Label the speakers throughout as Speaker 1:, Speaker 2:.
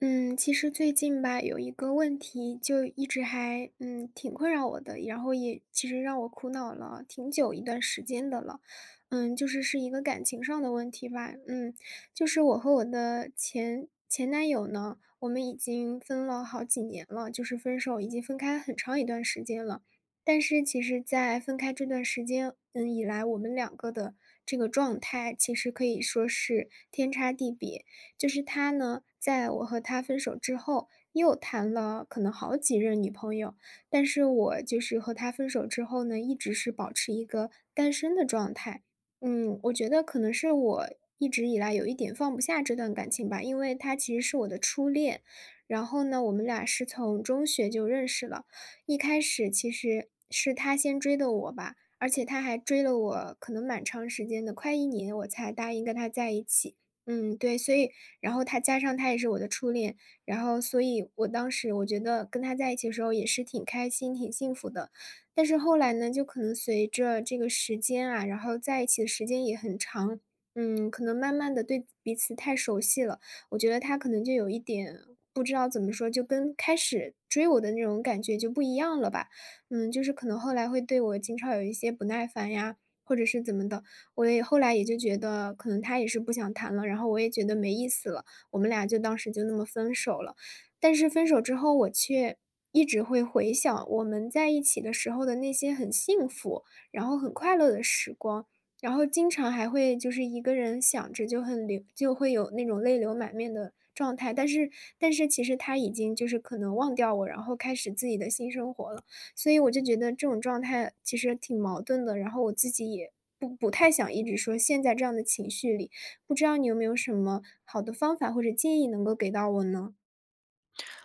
Speaker 1: 嗯，其实最近吧，有一个问题就一直还挺困扰我的，然后也其实让我苦恼了挺久一段时间的了。就是一个感情上的问题吧。嗯，就是我和我的前男友呢，我们已经分了好几年了，就是分手已经分开很长一段时间了。但是其实，在分开这段时间，以来我们两个的这个状态，其实可以说是天差地别。就是他呢，在我和他分手之后，又谈了可能好几任女朋友，但是我就是和他分手之后呢，一直是保持一个单身的状态。我觉得可能是我一直以来有一点放不下这段感情吧，因为他其实是我的初恋，然后呢，我们俩是从中学就认识了，一开始其实是他先追的我吧，而且他还追了我可能蛮长时间的，快一年我才答应跟他在一起。嗯，对，所以然后加上他也是我的初恋，然后所以我当时我觉得跟他在一起的时候也是挺开心、挺幸福的。但是后来呢，就可能随着这个时间啊，然后在一起的时间也很长，可能慢慢的对彼此太熟悉了，我觉得他可能就有一点不知道怎么说，就跟开始追我的那种感觉就不一样了吧。就是可能后来会对我经常有一些不耐烦呀，或者是怎么的，我也后来也就觉得可能他也是不想谈了，然后我也觉得没意思了，我们俩就当时就那么分手了。但是分手之后，我却一直会回想我们在一起的时候的那些很幸福，然后很快乐的时光，然后经常还会就是一个人想着就很流，就会有那种泪流满面的状态。但是其实他已经就是可能忘掉我，然后开始自己的新生活了。所以我就觉得这种状态其实挺矛盾的，然后我自己也不太想一直说陷在这样的情绪里，不知道你有没有什么好的方法或者建议能够给到我呢？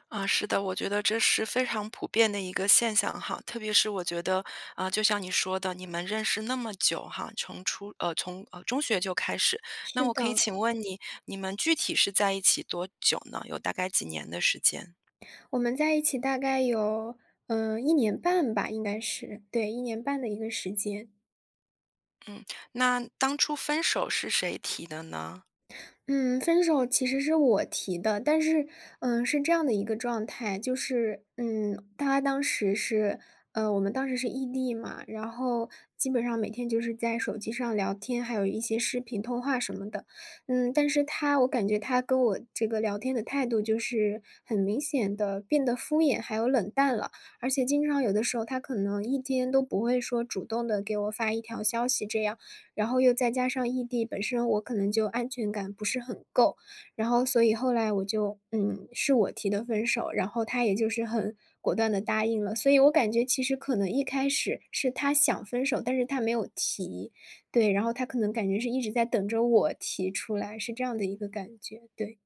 Speaker 2: 啊，是的，我觉得这是非常普遍的一个现象哈，特别是我觉得，啊，就像你说的，你们认识那么久哈，从从中学就开始，那
Speaker 1: 是
Speaker 2: 我可以
Speaker 1: 的，
Speaker 2: 请问你，你们具体是在一起多久呢？有大概几年的时间？
Speaker 1: 我们在一起大概有，一年半吧，应该是，对一年半的一个时间。
Speaker 2: 嗯，那当初分手是谁提的呢？
Speaker 1: 嗯，分手其实是我提的，但是，是这样的一个状态，就是，他当时是，我们当时是异地嘛，然后基本上每天就是在手机上聊天，还有一些视频通话什么的，但是他，我感觉他跟我这个聊天的态度就是很明显的变得敷衍，还有冷淡了，而且经常有的时候他可能一天都不会说主动的给我发一条消息这样。然后又再加上异地，本身我可能就安全感不是很够，然后所以后来我就是我提的分手，然后他也就是很果断的答应了。所以我感觉其实可能一开始是他想分手，但是他没有提，对，然后他可能感觉是一直在等着我提出来，是这样的一个感觉，对。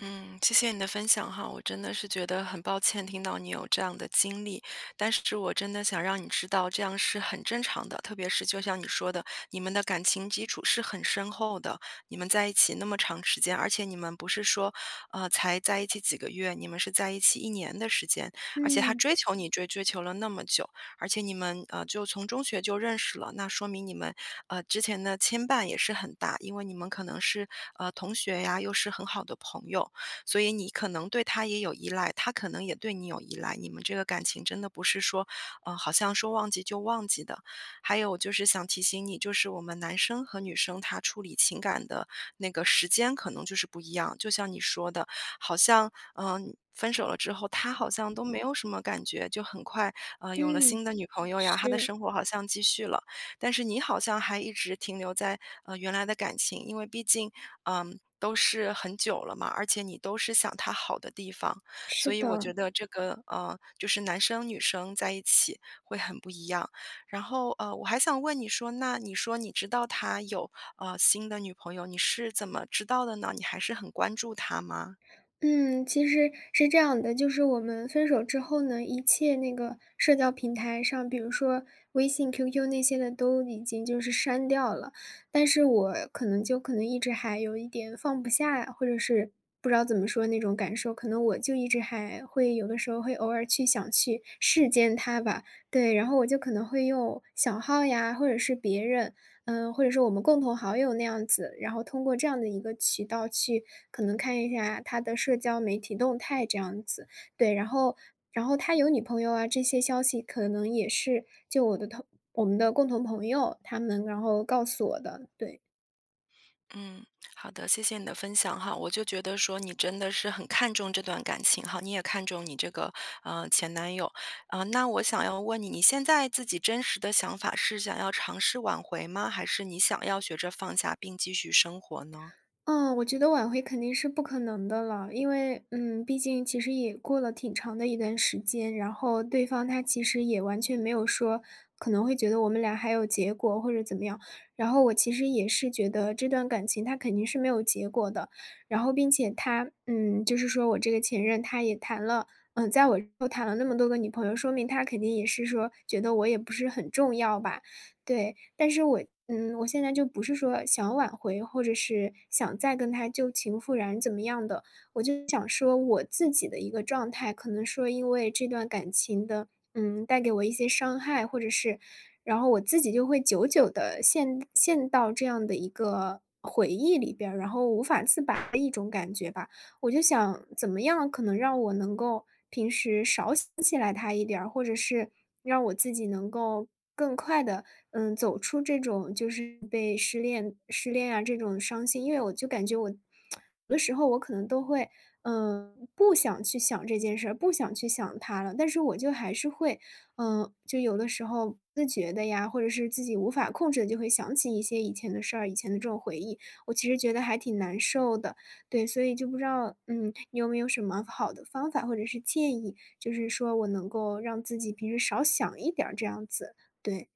Speaker 2: 嗯，谢谢你的分享哈，我真的是觉得很抱歉听到你有这样的经历，但是我真的想让你知道，这样是很正常的。特别是就像你说的，你们的感情基础是很深厚的，你们在一起那么长时间，而且你们不是说，才在一起几个月，你们是在一起一年的时间，而且他
Speaker 1: 嗯，
Speaker 2: 追求你追求了那么久，而且你们就从中学就认识了，那说明你们之前的牵绊也是很大，因为你们可能是同学呀，又是很好的朋友。所以你可能对他也有依赖，他可能也对你有依赖。你们这个感情真的不是说，好像说忘记就忘记的。还有就是想提醒你，就是我们男生和女生他处理情感的那个时间可能就是不一样。就像你说的，好像分手了之后，他好像都没有什么感觉，就很快有了新
Speaker 1: 嗯，
Speaker 2: 的女朋友呀，他的
Speaker 1: 是，
Speaker 2: 生活好像继续了。但是你好像还一直停留在原来的感情，因为毕竟嗯都是很久了嘛，而且你都是想他好的地方，
Speaker 1: 是
Speaker 2: 所以我觉
Speaker 1: 的。
Speaker 2: 得这个就是男生女生在一起会很不一样。然后我还想问你说，那你说你知道他有新的女朋友，你是怎么知道的呢？你还是很关注他吗？
Speaker 1: 嗯，其实是这样的，就是我们分手之后呢，一切那个社交平台上，比如说微信、QQ 那些的都已经就是删掉了，但是我可能可能一直还有一点放不下呀，或者是不知道怎么说那种感受，可能我就一直还会有的时候会偶尔去想去视奸他吧，对，然后我就可能会用小号呀，或者是别人嗯，或者是我们共同好友那样子，然后通过这样的一个渠道去可能看一下他的社交媒体动态这样子。对，然后他有女朋友啊，这些消息可能也是就我们的共同朋友他们然后告诉我的，对。
Speaker 2: 嗯，好的，谢谢你的分享哈。我就觉得说你真的是很看重这段感情哈，你也看重你这个前男友啊、那我想要问你，你现在自己真实的想法是想要尝试挽回吗？还是你想要学着放下并继续生活呢？
Speaker 1: 嗯，我觉得挽回肯定是不可能的了，因为，毕竟其实也过了挺长的一段时间，然后对方他其实也完全没有说可能会觉得我们俩还有结果或者怎么样，然后我其实也是觉得这段感情他肯定是没有结果的，然后并且他，就是说我这个前任他也谈了，在我之后谈了那么多个女朋友，说明他肯定也是说觉得我也不是很重要吧，对，但是我我现在就不是说想要挽回，或者是想再跟他旧情复燃怎么样的，我就想说我自己的一个状态，可能说因为这段感情的，带给我一些伤害，或者是，然后我自己就会久久的陷到这样的一个回忆里边儿然后无法自拔的一种感觉吧。我就想怎么样可能让我能够平时少想起来他一点儿，或者是让我自己能够更快的，走出这种就是被失恋啊这种伤心。因为我就感觉我有的时候我可能都会，不想去想这件事儿，不想去想他了，但是我就还是会，就有的时候不自觉的呀，或者是自己无法控制的，就会想起一些以前的事儿，以前的这种回忆，我其实觉得还挺难受的。对，所以就不知道，你有没有什么好的方法或者是建议，就是说我能够让自己平时少想一点儿这样子。对，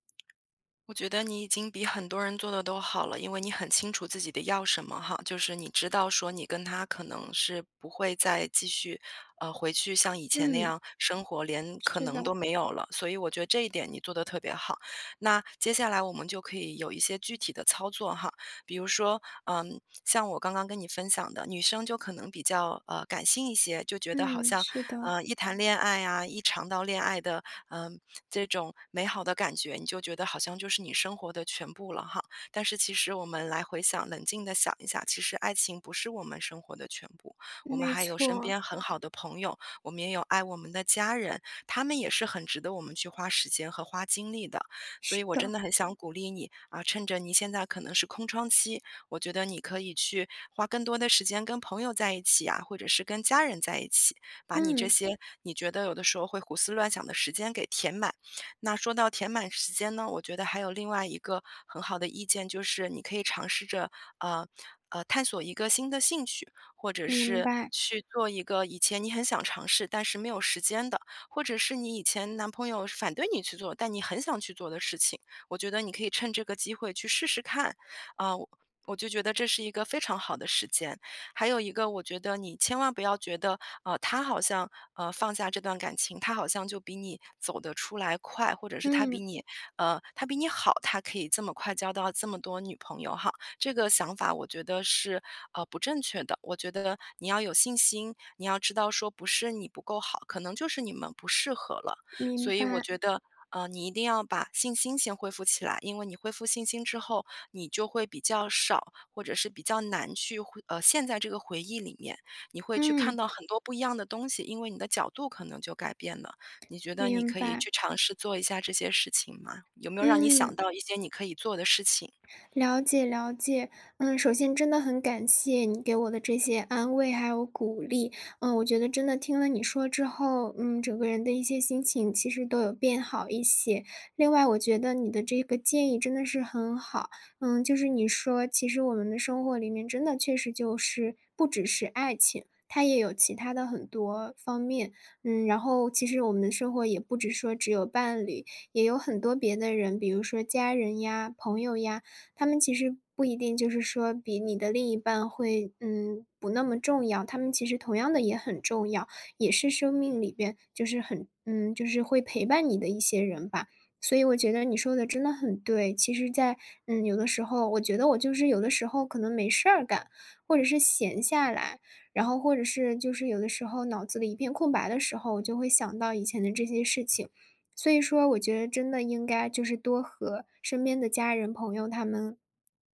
Speaker 2: 我觉得你已经比很多人做的都好了，因为你很清楚自己的要什么哈，就是你知道说你跟他可能是不会再继续，回去像以前那
Speaker 1: 嗯，
Speaker 2: 样生活，连可
Speaker 1: 是的，
Speaker 2: 能都没有了。所以我觉得这一点你做的特别好。那接下来我们就可以有一些具体的操作哈，比如说，嗯，像我刚刚跟你分享的，女生就可能比较感性一些，就觉得好
Speaker 1: 嗯，
Speaker 2: 像
Speaker 1: 是的，
Speaker 2: 一谈恋爱啊，一尝到恋爱的嗯、这种美好的感觉，你就觉得好像就是你生活的全部了哈。但是其实我们来回想，冷静的想一下，其实爱情不是我们生活的全部，我们
Speaker 1: 没
Speaker 2: 还有身
Speaker 1: 错，
Speaker 2: 边很好的朋友，我们也有爱我们的家人，他们也是很值得我们去花时间和花精力的。所以
Speaker 1: 是
Speaker 2: 我真
Speaker 1: 的，
Speaker 2: 的很想鼓励你啊，趁着你现在可能是空窗期，我觉得你可以去花更多的时间跟朋友在一起啊，或者是跟家人在一起，把你这
Speaker 1: 嗯，
Speaker 2: 些你觉得有的时候会胡思乱想的时间给填满。那说到填满时间呢，我觉得还有另外一个很好的意见，就是你可以尝试着呃探索一个新的兴趣，或者
Speaker 1: 明
Speaker 2: 是
Speaker 1: 白，
Speaker 2: 去做一个以前你很想尝试但是没有时间的。或者是你以前男朋友是反对你去做，但你很想去做的事情，我觉得你可以趁这个机会去试试看，啊，我就觉得这是一个非常好的时间。还有一个，我觉得你千万不要觉得，他好像放下这段感情，他好像就比你走得出来快，或者是他比
Speaker 1: 嗯，
Speaker 2: 你，他比你好，他可以这么快交到这么多女朋友哈。这个想法我觉得是，不正确的。我觉得你要有信心，你要知道说不是你不够好，可能就是你们不适合了。所
Speaker 1: 明
Speaker 2: 以我
Speaker 1: 白，
Speaker 2: 觉得，你一定要把信心先恢复起来，因为你恢复信心之后，你就会比较少，或者是比较难去陷在这个回忆里面，你会去看
Speaker 1: 嗯，
Speaker 2: 到很多不一样的东西，因为你的角度可能就改变了。你觉得你
Speaker 1: 明
Speaker 2: 可以
Speaker 1: 白，
Speaker 2: 去尝试做一下这些事情吗？有没有让你想
Speaker 1: 嗯。
Speaker 2: 到一些你可以做的事情？
Speaker 1: 了解了解，首先真的很感谢你给我的这些安慰还有鼓励，我觉得真的听了你说之后，整个人的一些心情其实都有变好一些。另外，我觉得你的这个建议真的是很好，就是你说其实我们的生活里面真的确实就是不只是爱情，它也有其他的很多方面，然后其实我们的生活也不只说只有伴侣，也有很多别的人，比如说家人呀、朋友呀。他们其实不一定就是说比你的另一半会，不那么重要，他们其实同样的也很重要，也是生命里边就是很就是会陪伴你的一些人吧。所以我觉得你说的真的很对，其实在有的时候我觉得我就是有的时候可能没事儿干，或者是闲下来，然后或者是就是有的时候脑子里一片空白的时候，我就会想到以前的这些事情。所以说我觉得真的应该就是多和身边的家人朋友他们，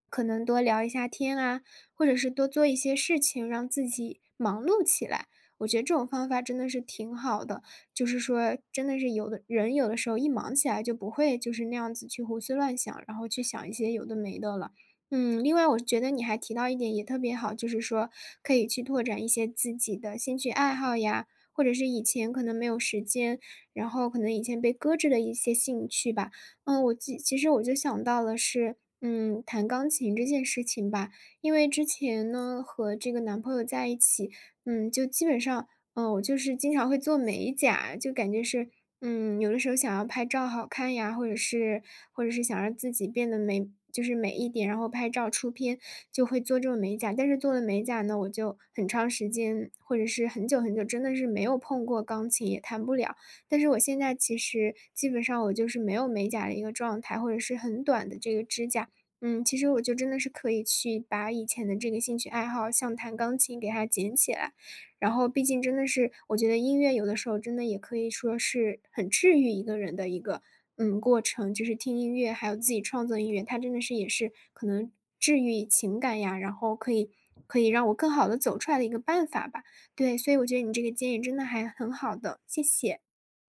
Speaker 1: 可能多聊一下天啊，或者是多做一些事情，让自己忙碌起来。我觉得这种方法真的是挺好的，就是说真的是有的人有的时候一忙起来就不会就是那样子去胡思乱想，然后去想一些有的没的了。嗯，另外我觉得你还提到一点也特别好，就是说可以去拓展一些自己的兴趣爱好呀，或者是以前可能没有时间，然后可能以前被搁置的一些兴趣吧。嗯,其实我就想到了是，弹钢琴这件事情吧。因为之前呢，和这个男朋友在一起，就基本上，我就是经常会做美甲，就感觉是，有的时候想要拍照好看呀，或者是想让自己变得美就是美一点，然后拍照出片就会做这种美甲。但是做了美甲呢，我就很长时间或者是很久很久，真的是没有碰过钢琴，也弹不了。但是我现在其实基本上我就是没有美甲的一个状态，或者是很短的这个指甲。其实我就真的是可以去把以前的这个兴趣爱好，像弹钢琴给它捡起来。然后毕竟真的是，我觉得音乐有的时候真的也可以说是很治愈一个人的一个过程，就是听音乐，还有自己创作音乐，它真的是也是可能治愈情感呀，然后可以让我更好的走出来的一个办法吧。对，所以我觉得你这个建议真的还很好的，谢谢。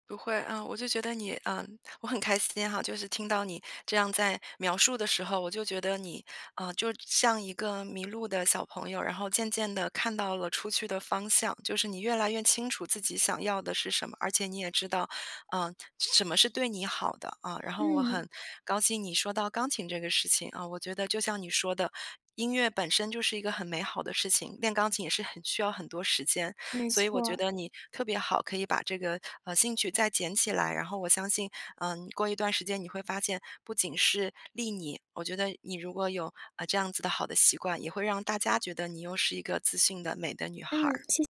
Speaker 2: 不会啊，我就觉得你啊，我很开心哈，就是听到你这样在描述的时候，我就觉得你啊，就像一个迷路的小朋友，然后渐渐的看到了出去的方向，就是你越来越清楚自己想要的是什么，而且你也知道，嗯，什么是对你好的啊。然后我
Speaker 1: 嗯，
Speaker 2: 很高兴你说到钢琴这个事情啊，我觉得就像你说的，音乐本身就是一个很美好的事情，练钢琴也是很需要很多时间。
Speaker 1: 没
Speaker 2: 所以我觉
Speaker 1: 错，
Speaker 2: 得你特别好，可以把这个兴趣再捡起来。然后我相信，过一段时间你会发现，不仅是利你，我觉得你如果有这样子的好的习惯，也会让大家觉得你又是一个自信的美的女孩
Speaker 1: 嗯，
Speaker 2: 儿。
Speaker 1: 谢